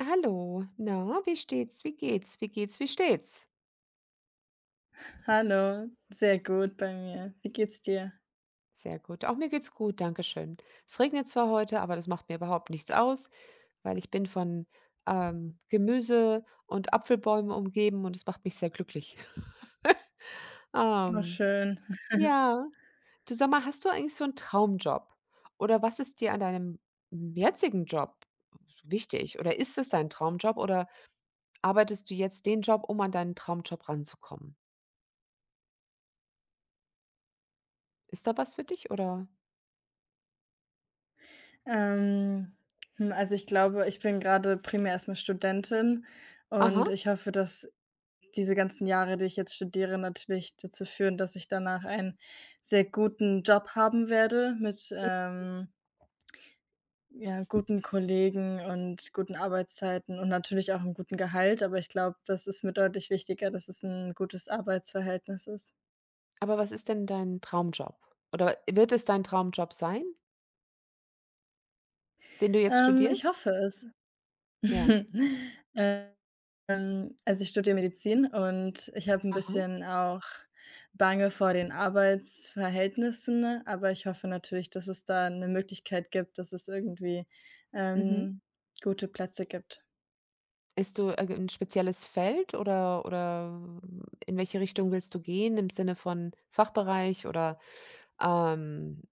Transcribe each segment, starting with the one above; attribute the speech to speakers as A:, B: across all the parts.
A: Hallo, na, wie steht's? Wie geht's? Wie geht's? Wie steht's?
B: Hallo, sehr gut bei mir. Wie geht's dir?
A: Sehr gut. Auch mir geht's gut, danke schön. Es regnet zwar heute, aber das macht mir überhaupt nichts aus, weil ich bin von Gemüse und Apfelbäumen umgeben und es macht mich sehr glücklich.
B: Oh,
A: Ähm,
B: schön.
A: ja, du sag mal, hast du eigentlich so einen Traumjob? Oder was ist dir an deinem jetzigen Job wichtig? Oder ist es dein Traumjob oder arbeitest du jetzt den Job, um an deinen Traumjob ranzukommen? Ist da was für dich, oder?
B: Ähm, also ich glaube, ich bin gerade primär erstmal Studentin
A: Aha.
B: und ich hoffe, dass diese ganzen Jahre, die ich jetzt studiere, natürlich dazu führen, dass ich danach einen sehr guten Job haben werde mit,
A: J
B: ja, guten Kollegen und guten Arbeitszeiten und natürlich auch einem guten Gehalt, aber ich glaube, das ist mir deutlich wichtiger, dass es ein gutes Arbeitsverhältnis ist.
A: Aber was ist denn dein Traumjob? Oder wird es dein Traumjob sein, den du jetzt
B: Ich
A: studierst?
B: hoffe es.
A: Ja.
B: Also ich studiere Medizin und ich habe ein
A: Aha.
B: bisschen auch Bange vor den Arbeitsverhältnissen, aber ich hoffe natürlich, dass es da eine Möglichkeit gibt, dass es irgendwie,
A: Mhm.
B: ähm, gute Plätze gibt.
A: Ist du irgend 'n spezielles Feld oder in welche Richtung willst du gehen im Sinne von Fachbereich oder, ähm,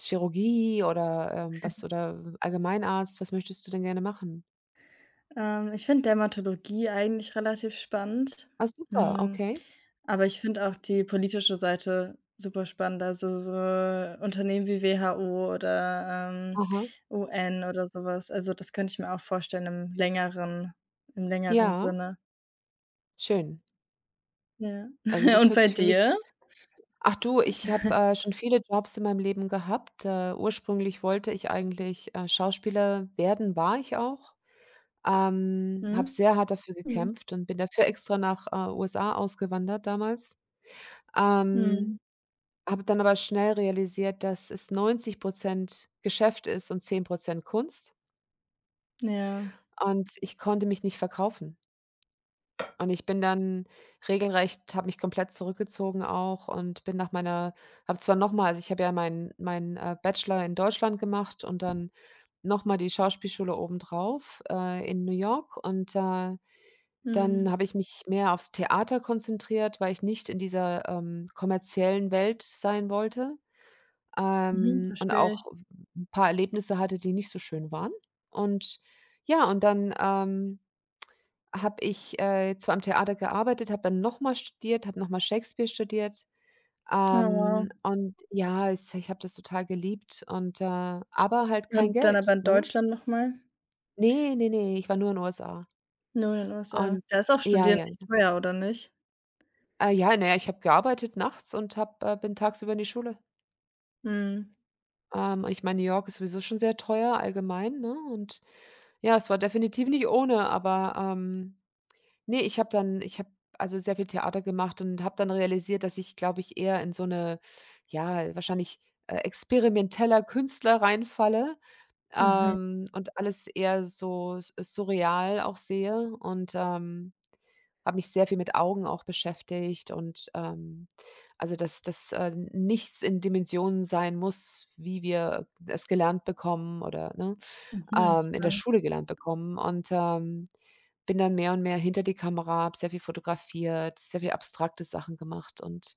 A: Chirurgie oder, was oder Allgemeinarzt? Was möchtest du denn gerne machen?
B: Ich finde Dermatologie eigentlich relativ spannend,
A: Ah, super,
B: hm,
A: okay.
B: aber ich finde auch die politische Seite super spannend, also so Unternehmen wie WHO oder,
A: Aha.
B: UN oder sowas. Also, das könnte ich mir auch vorstellen im längeren
A: Ja,
B: Sinne.
A: schön.
B: Ja.
A: Also, das
B: Und
A: hört
B: bei
A: sich für mich.
B: dir?
A: Ach du, ich habe, schon viele Jobs in meinem Leben gehabt. Ursprünglich wollte ich eigentlich, Schauspieler werden, war ich auch. Habe
B: Mhm.
A: sehr hart dafür
B: Mhm.
A: gekämpft und bin dafür extra nach, USA ausgewandert damals.
B: Mhm.
A: Ähm, Habe dann aber schnell realisiert, dass es 90 Geschäft ist und 10 Kunst
B: Ja.
A: und ich konnte mich nicht verkaufen. Und ich bin dann regelrecht, habe mich komplett zurückgezogen auch und bin nach meiner, habe zwar noch mal, also, ich habe ja meinen Bachelor in Deutschland gemacht und dann noch mal die Schauspielschule obendrauf, in New York. Und, dann
B: Mhm.
A: habe ich mich mehr aufs Theater konzentriert, weil ich nicht in dieser, kommerziellen Welt sein wollte,
B: Mhm,
A: und
B: verstehe ich.
A: auch ein paar Erlebnisse hatte, die nicht so schön waren. Und ja, und dann, habe ich, zwar am Theater gearbeitet, habe dann nochmal studiert, habe nochmal Shakespeare studiert.
B: Ja, wow.
A: Und ja, es ich habe das total geliebt und, aber halt kein
B: Und dann aber
A: Geld,
B: in
A: ne?
B: Deutschland nochmal? Mal?
A: Ne, ne, ne, ich war nur in USA.
B: Nur in den USA.
A: Und
B: Da ist auch
A: ja,
B: Studieren
A: ja,
B: echt
A: ja.
B: teuer, oder nicht?
A: Ja, na ja, ich habe gearbeitet nachts und habe bin tagsüber in die Schule.
B: Mhm.
A: Ich meine, New York ist sowieso schon sehr teuer allgemein, ne? Und ja, es war definitiv nicht ohne, aber, ne, ich habe dann, ich habe also sehr viel Theater gemacht und habe dann realisiert, dass ich, glaube ich, eher in so 'ne, ja, wahrscheinlich, experimenteller Künstler reinfalle,
B: Mhm,
A: und alles eher so s surreal auch sehe und, habe mich sehr viel mit Augen auch beschäftigt und, also, dass nichts in Dimensionen sein muss, wie wir es gelernt bekommen oder, ne,
B: mhm,
A: in der
B: spannend.
A: Schule gelernt bekommen und, bin dann mehr und mehr hinter die Kamera, habe sehr viel fotografiert, sehr viel abstrakte Sachen gemacht und,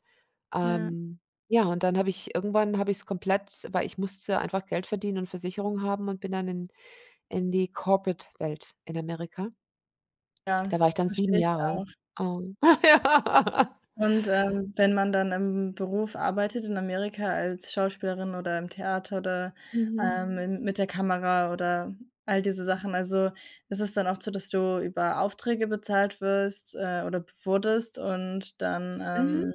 B: Ja,
A: ähm ja, und dann, habe ich irgendwann, habe ich es komplett, weil ich musste einfach Geld verdienen und Versicherung haben und bin dann in die Corporate-Welt in Amerika.
B: ja,
A: Da war ich dann 7
B: verstehe ich
A: Jahre.
B: auch.
A: Ähm, ja.
B: Und, wenn man dann im Beruf arbeitet in Amerika als Schauspielerin oder im Theater oder,
A: Mhm.
B: in mit der Kamera oder all diese Sachen, also, ist es dann auch so, dass du über Aufträge bezahlt wirst, oder wurdest und dann,
A: Mhm.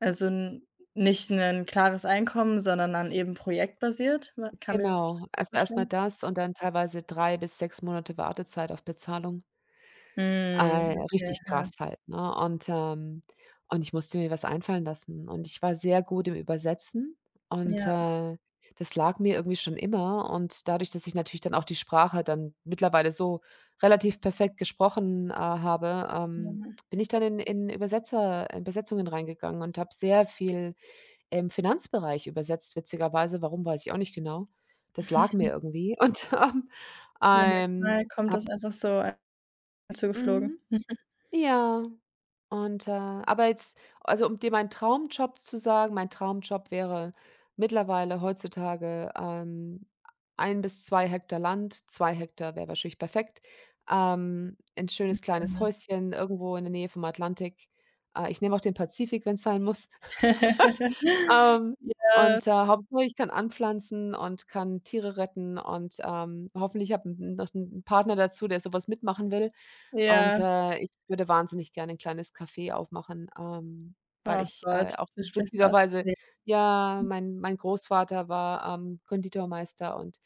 B: also, n nicht ein klares Einkommen, sondern dann eben projektbasiert? Wa kann ich
A: Genau.
B: das so
A: Also, erstmal
B: verstehen.
A: das und dann teilweise 3 bis 6 Monate Wartezeit auf Bezahlung.
B: Mhm, okay,
A: Richtig
B: ja.
A: krass halt, ne? Und, ich musste mir was einfallen lassen. Und ich war sehr gut im Übersetzen und,
B: Ja,
A: das lag mir irgendwie schon immer. Und dadurch, dass ich natürlich dann auch die Sprache dann mittlerweile so relativ perfekt gesprochen, habe,
B: ja. ja.
A: bin ich dann in Übersetzungen reingegangen und habe sehr viel im Finanzbereich übersetzt, witzigerweise. Warum, weiß ich auch nicht genau. Das lag mir irgendwie. Und,
B: Ja,
A: ähm,
B: manchmal kommt
A: habe
B: das einfach so auf einen zugeflogen.
A: mhm, ja. Und, aber jetzt, also, um dir meinen Traumjob zu sagen, mein Traumjob wäre mittlerweile heutzutage, 1 bis zwei Hektar Land, 2 Hektar wäre wahrscheinlich perfekt, 'n schönes kleines
B: Mhm.
A: Häuschen irgendwo in der Nähe vom Atlantik. Ich nehme auch den Pazifik, wenn es sein muss. Ähm,
B: Ja,
A: und, Hauptsache ich kann anpflanzen und kann Tiere retten und, hoffentlich habe 'n noch einen Partner dazu, der sowas mitmachen will. Und,
B: ja.
A: ich würde wahnsinnig gerne ein kleines Café aufmachen, weil
B: Oh
A: ich,
B: Gott,
A: auch
B: du sprichst mir aus
A: witzigerweise,
B: dem Leben.
A: ja, mein Großvater war, Konditormeister und,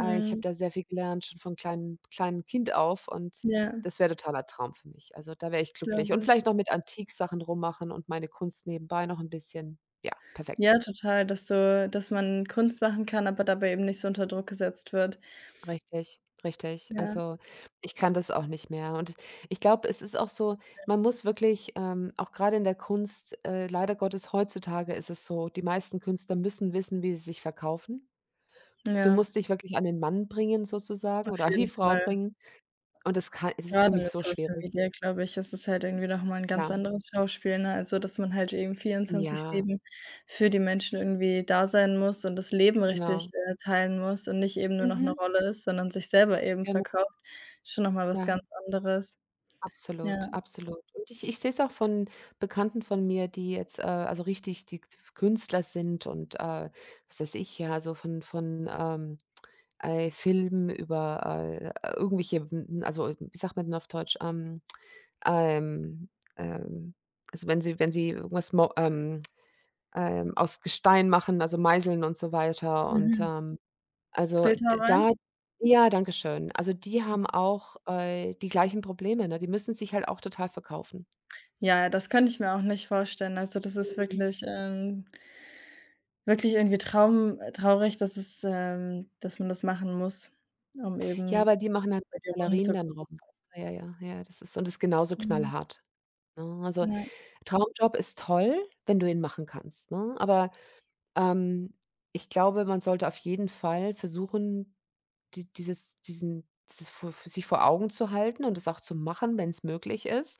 A: ich habe da sehr viel gelernt, schon von kleinen kleinen Kind auf und
B: Ja,
A: das wäre totaler Traum für mich. Also, da wäre ich
B: glaube
A: glücklich und
B: ich.
A: vielleicht noch mit Antiksachen rummachen und meine Kunst nebenbei noch ein bisschen. Ja, perfekt.
B: Ja, total, dass man Kunst machen kann, aber dabei eben nicht so unter Druck gesetzt wird.
A: Richtig, richtig.
B: Ja,
A: Also, ich kann das auch nicht mehr. Und ich glaube, es ist auch so, man muss wirklich, auch gerade in der Kunst, leider Gottes heutzutage ist es so, die meisten Künstler müssen wissen, wie sie sich verkaufen. Du
B: ja,
A: musst dich wirklich an den Mann bringen sozusagen
B: auf
A: oder an die
B: jeden
A: Frau
B: Fall.
A: bringen. Und, das kann es ist für
B: Gerade
A: mich
B: mit
A: so
B: Social
A: schwierig.
B: Media, glaube ich, ist es halt irgendwie noch mal 'n ganz
A: Ja,
B: anderes Schauspiel, ne? Also, dass man halt eben
A: ja,
B: 24/7 für die Menschen irgendwie da sein muss und das Leben
A: genau.
B: richtig, teilen muss und nicht eben nur noch 'ne
A: Mhm,
B: Rolle ist, sondern sich selber eben
A: genau,
B: verkauft. Schon noch mal was
A: ja.
B: ganz anderes.
A: Absolut,
B: Ja,
A: absolut. Und ich sehe es auch von Bekannten von mir, die jetzt, also richtig die Künstler sind und, was weiß ich, ja, also von Filmen über, irgendwelche, m also, wie sagt man denn auf Deutsch, ähm, ähm, also wenn sie irgendwas mo aus Gestein machen, also Meißeln und so weiter und,
B: mhm.
A: also, d
B: Bildhauerei?
A: da, ja, danke schön. Also, die haben auch, die gleichen Probleme, ne? Die müssen sich halt auch total verkaufen.
B: Ja, das könnte ich mir auch nicht vorstellen. Also, das ist
A: Mhm.
B: wirklich, wirklich irgendwie traum traurig, dass es, dass man das machen muss, um
A: Ja,
B: eben
A: aber die machen halt
B: über die Runden
A: Galerien
B: zu
A: dann
B: kommen.
A: rum, weißt du? Ja, ja, ja, das ist, und das ist genauso
B: Mhm.
A: knallhart, ne? Also,
B: Ja,
A: Traumjob ist toll, wenn du ihn machen kannst, ne? Aber, ähm, ich glaube, man sollte auf jeden Fall versuchen, die dieses diesen dieses vor für sich vor Augen zu halten und es auch zu machen, wenn es möglich ist.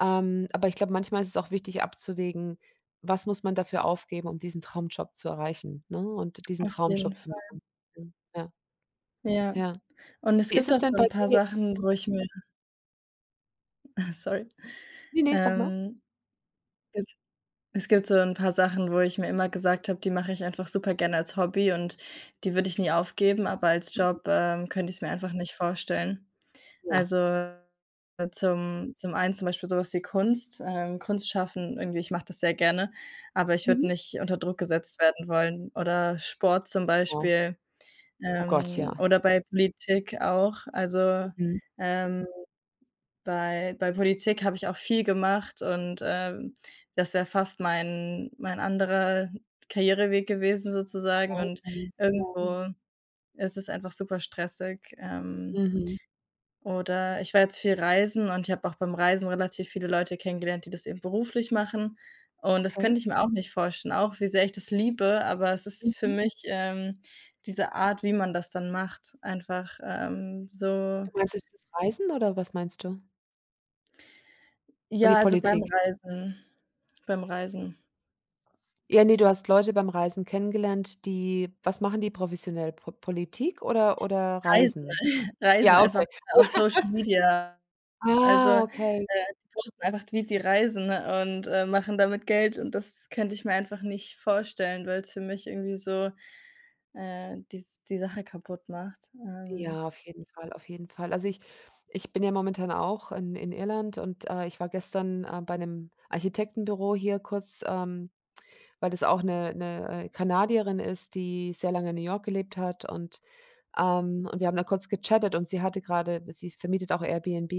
A: Aber ich glaube, manchmal ist es auch wichtig abzuwägen, was muss man dafür aufgeben, um diesen Traumjob zu erreichen, ne, und diesen
B: auf jeden.
A: Traumjob zu machen. Mhm. Ja,
B: Ja,
A: ja.
B: und es
A: Wie ist
B: gibt
A: es
B: auch
A: denn
B: so
A: bei
B: 'n
A: dir
B: paar
A: jetzt? Bist du?
B: Sachen, wo ich mir sorry,
A: Ne, ne, sag mal.
B: ähm, gibt es gibt so 'n paar Sachen, wo ich mir immer gesagt habe, die mache ich einfach super gerne als Hobby und die würde ich nie aufgeben, aber als Job, könnte ich's mir einfach nicht vorstellen.
A: Ja.
B: Also, zum einen zum Beispiel so was wie Kunst, schaffen irgendwie, ich mache das sehr gerne, aber ich
A: Mhm.
B: würde nicht unter Druck gesetzt werden wollen oder Sport zum
A: Genau.
B: Beispiel,
A: Oh Gott, ja.
B: oder bei Politik auch. Also,
A: Mhm.
B: ähm bei Politik habe ich auch viel gemacht und, das wäre fast mein anderer Karriereweg gewesen sozusagen und
A: Wahnsinn. Ja.
B: irgendwo ist es einfach super stressig.
A: Mhm.
B: Oder ich war jetzt viel reisen und ich habe auch beim Reisen relativ viele Leute kennengelernt, die das eben beruflich machen und das könnte ich
A: Okay.
B: mir auch nicht vorstellen, auch wie sehr ich das liebe, aber es ist für
A: Mhm.
B: mich, diese Art, wie man das dann macht, einfach,
A: Du
B: so.
A: meinst jetzt das Reisen oder was meinst du? Oder die
B: Ja, also
A: Politik?
B: Beim Reisen.
A: Ja, nee, du hast Leute beim Reisen kennengelernt, die was machen, die professionell? Po Politik oder
B: Reisen,
A: Reisen?
B: Reisen
A: Ja,
B: einfach
A: okay.
B: auf Social Media. Also,
A: Ah, okay.
B: die posten einfach, wie sie reisen ne, und, machen damit Geld und das könnte ich mir einfach nicht vorstellen, weil's für mich irgendwie so, die Sache kaputt macht. Ähm,
A: Ja, auf jeden Fall, auf jeden Fall. Also, ich bin ja momentan auch in Irland und, ich war gestern, bei einem Architektenbüro hier kurz, weil das auch eine Kanadierin ist, die sehr lange in New York gelebt hat und wir haben da kurz gechattet und sie hatte gerade, sie vermietet auch Airbnb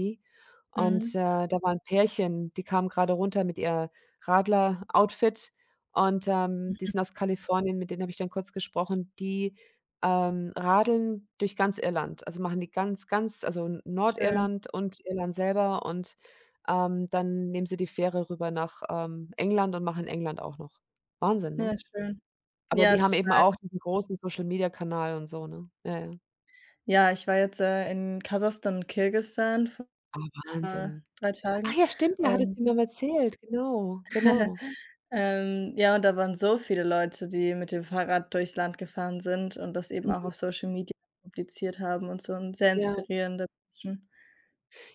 A: und,
B: mhm,
A: da war 'n Pärchen, die kamen gerade runter mit ihr, Radler-Outfit und, die sind aus Kalifornien, mit denen habe ich dann kurz gesprochen. Die, radeln durch ganz Irland, also, machen die ganz ganz, also,
B: schön.
A: Nordirland und Irland selber und, dann nehmen sie die Fähre rüber nach, England und machen England auch noch. Wahnsinn, ne?
B: Ja, schön.
A: Aber
B: Ja,
A: die haben eben
B: total.
A: auch diesen großen Social-Media-Kanal und so, ne? Ja, ja.
B: Ja, ich war jetzt, in Kasachstan und Kirgisistan vor
A: Ah, Wahnsinn.
B: 3
A: Ach
B: Tagen
A: ja, stimmt, ja, hattest du
B: und
A: mir mal erzählt. Genau, genau.
B: Ja, und da waren so viele Leute, die mit dem Fahrrad durchs Land gefahren sind und das eben auch
A: Mhm,
B: auf Social Media publiziert haben und so 'n sehr
A: ja.
B: inspirierende Menschen.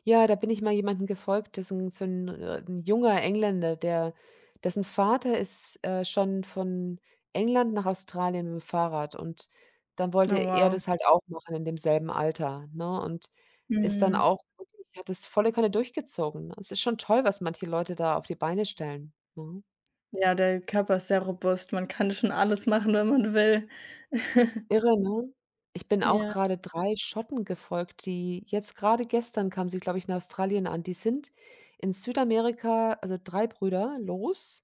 A: Ja, da bin ich mal jemandem gefolgt, das ist 'n, so 'n, 'n junger Engländer, der dessen Vater ist, schon von England nach Australien mit'm Fahrrad und dann wollte
B: Oh,
A: er
B: wow.
A: das halt auch machen in demselben Alter, ne, und ist dann
B: Mhm.
A: auch wirklich hat das volle Kanne durchgezogen, ne? Es ist schon toll, was manche Leute da auf die Beine stellen, ne?
B: Ja, der Körper ist sehr robust. Man kann schon alles machen, wenn man will.
A: Irre, ne? Ich bin auch
B: Ja,
A: gerade 3 Schotten gefolgt, die jetzt gerade gestern, kamen sie, glaube ich, in Australien an. Die sind in Südamerika, also 3 Brüder, los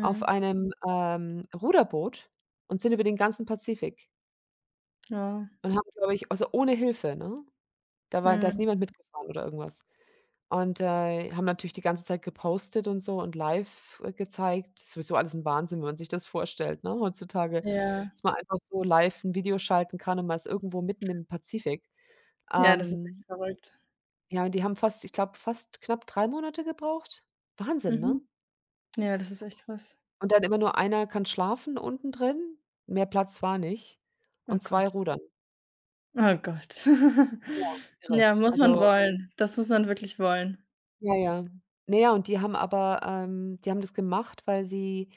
A: auf einem, Ruderboot und sind über den ganzen Pazifik
B: Ja,
A: und haben, glaube ich, also ohne Hilfe, ne? Da ist
B: mhm.
A: niemand mitgefahren oder irgendwas. Und, haben natürlich die ganze Zeit gepostet und so und live, gezeigt. Ist sowieso alles ein Wahnsinn, wenn man sich das vorstellt, ne, heutzutage,
B: Ja.
A: dass man einfach so live ein Video schalten kann und man ist irgendwo mitten im Pazifik.
B: Ja, das ist
A: Ähm,
B: echt verrückt.
A: ja, und die haben fast, ich glaube, fast knapp 3 Monate gebraucht. Wahnsinn, ne?
B: Mhm. Ja, das ist echt krass.
A: Und dann immer nur einer kann schlafen unten drin, mehr Platz war nicht
B: Oh
A: und 2
B: Gott.
A: rudern.
B: Oh Gott.
A: Ja, irre.
B: Ja, muss man
A: Also,
B: wollen. Das muss man wirklich wollen.
A: ja, ja. Na ja, und die haben das gemacht, weil sie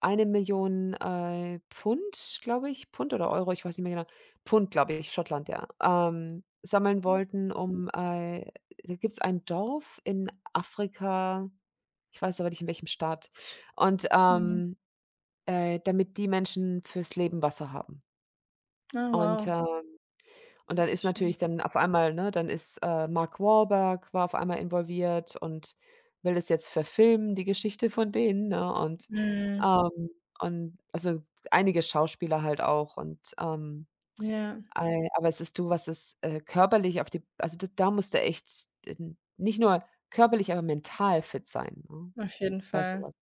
A: 1.000.000, Pfund, glaube ich Pfund oder Euro, ich weiß nicht mehr genau. Pfund, glaube ich, Schottland, ja, sammeln wollten, um, da gibt's ein Dorf in Afrika, ich weiß aber nicht in welchem Staat. Und,
B: Mhm.
A: damit die Menschen fürs Leben Wasser haben.
B: Ah,
A: Und,
B: wow.
A: ähm und dann
B: Das ist
A: ist
B: schön.
A: natürlich, dann auf einmal, ne, dann ist, Mark Wahlberg war auf einmal involviert und will das jetzt verfilmen, die Geschichte von denen, ne?
B: Mhm.
A: Ähm und also, einige Schauspieler halt auch und,
B: Ja,
A: ei aber es ist du, was es, körperlich auf die, also, d da musst du echt, n nicht nur körperlich, aber mental fit sein, ne,
B: auf jeden
A: bei so
B: Fall.
A: was.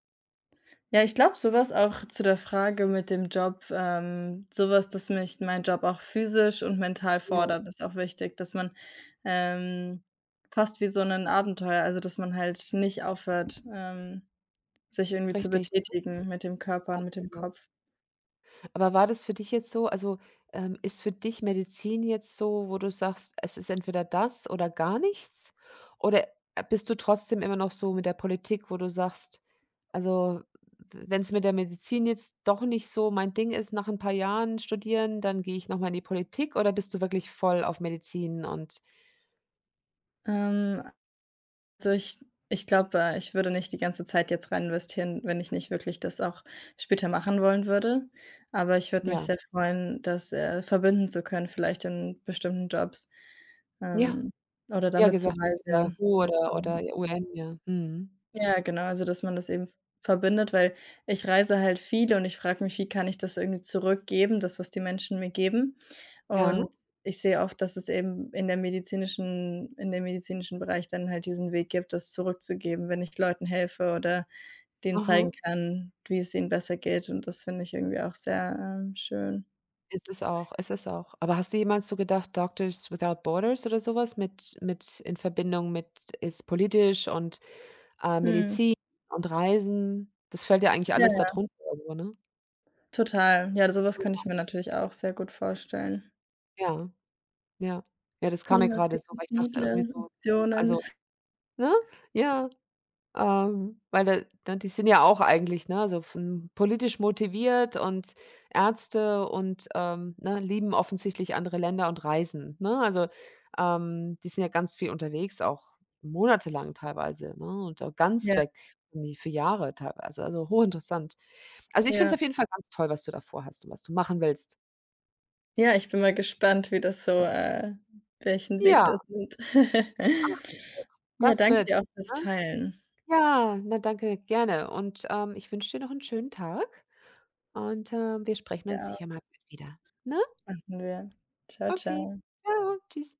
B: Ja, ich glaube, sowas auch zu der Frage mit dem Job, so dass mich mein Job auch physisch und mental
A: Ja,
B: fordert, ist auch wichtig, dass man, ähm, fast wie so 'nen Abenteuer also, dass man halt nicht aufhört, sich irgendwie zu
A: richtig,
B: betätigen mit dem Körper und mit dem Kopf.
A: absolut. Aber war das für dich jetzt so, also, ist für dich Medizin jetzt so, wo du sagst, es ist entweder das oder gar nichts? Oder, bist du trotzdem immer noch so mit der Politik, wo du sagst: „Also, wenn es mit der Medizin jetzt doch nicht so mein Ding ist, nach ein paar Jahren studieren, dann gehe ich noch mal in die Politik", oder bist du wirklich voll auf Medizin und
B: Ähm, Also, ich glaube, ich würde nicht die ganze Zeit jetzt rein investieren, wenn ich nicht wirklich das auch später machen wollen würde. Aber ich würde mich
A: ja.
B: sehr freuen, das, verbinden zu können, vielleicht in bestimmten Jobs,
A: Ja,
B: ähm, oder
A: ja,
B: damit zu
A: gesagt, wie mit der
B: reisen,
A: WHO
B: mit
A: oder
B: so.
A: oder UN, ja. Mhm.
B: Ja, genau, also, dass man das eben verbindet, weil ich reise halt viel und ich frage mich: „Wie kann ich das irgendwie zurückgeben, das, was die Menschen mir geben?“
A: Ja,
B: Und ich sehe oft, dass es eben in dem medizinischen Bereich dann halt diesen Weg gibt, das zurückzugeben, wenn ich Leuten helfe oder denen
A: aha.
B: zeigen kann, wie es ihnen besser geht und das finde ich irgendwie auch sehr, schön.
A: Ist es auch, ist es auch. Aber hast du jemals so gedacht, „Doctors Without Borders" oder sowas, mit in Verbindung mit, ist politisch und,
B: Mhm.
A: Medizin und Reisen? Das fällt ja eigentlich
B: Ja,
A: alles da
B: ja,
A: drunter irgendwo, ne?
B: total. Ja, sowas was könnte ich mir natürlich auch sehr gut vorstellen.
A: Ja, ja. Ja, das kam mir
B: Ja, es
A: gerade
B: gibt
A: so,
B: so
A: weil ich dachte
B: viele
A: irgendwie so, also,
B: Optionen.
A: ne? Ja. Weil da die sind ja auch eigentlich, ne, so von politisch motiviert und Ärzte und, ne, lieben offensichtlich andere Länder und Reisen, ne? Also, die sind ja ganz viel unterwegs, auch monatelang teilweise, ne, und auch ganz
B: Ja,
A: weg, irgendwie für Jahre teilweise, also hochinteressant. Also, ich finde
B: ja.
A: es auf jeden Fall ganz toll, was du da vorhast und was du machen willst.
B: Ja, ich bin mal gespannt, wie das welchen Weg
A: Ja,
B: das nimmt.
A: ach, das wird.
B: Ja,
A: Das
B: danke
A: wird,
B: dir auch fürs
A: ne?
B: Teilen.
A: Ja, na danke, gerne und, ich wünsche dir noch einen schönen Tag. Und, wir sprechen uns
B: Ja,
A: sicher mal wieder, ne?
B: machen wir. Ciao,
A: Okay.
B: ciao.
A: Ciao, Tschüss.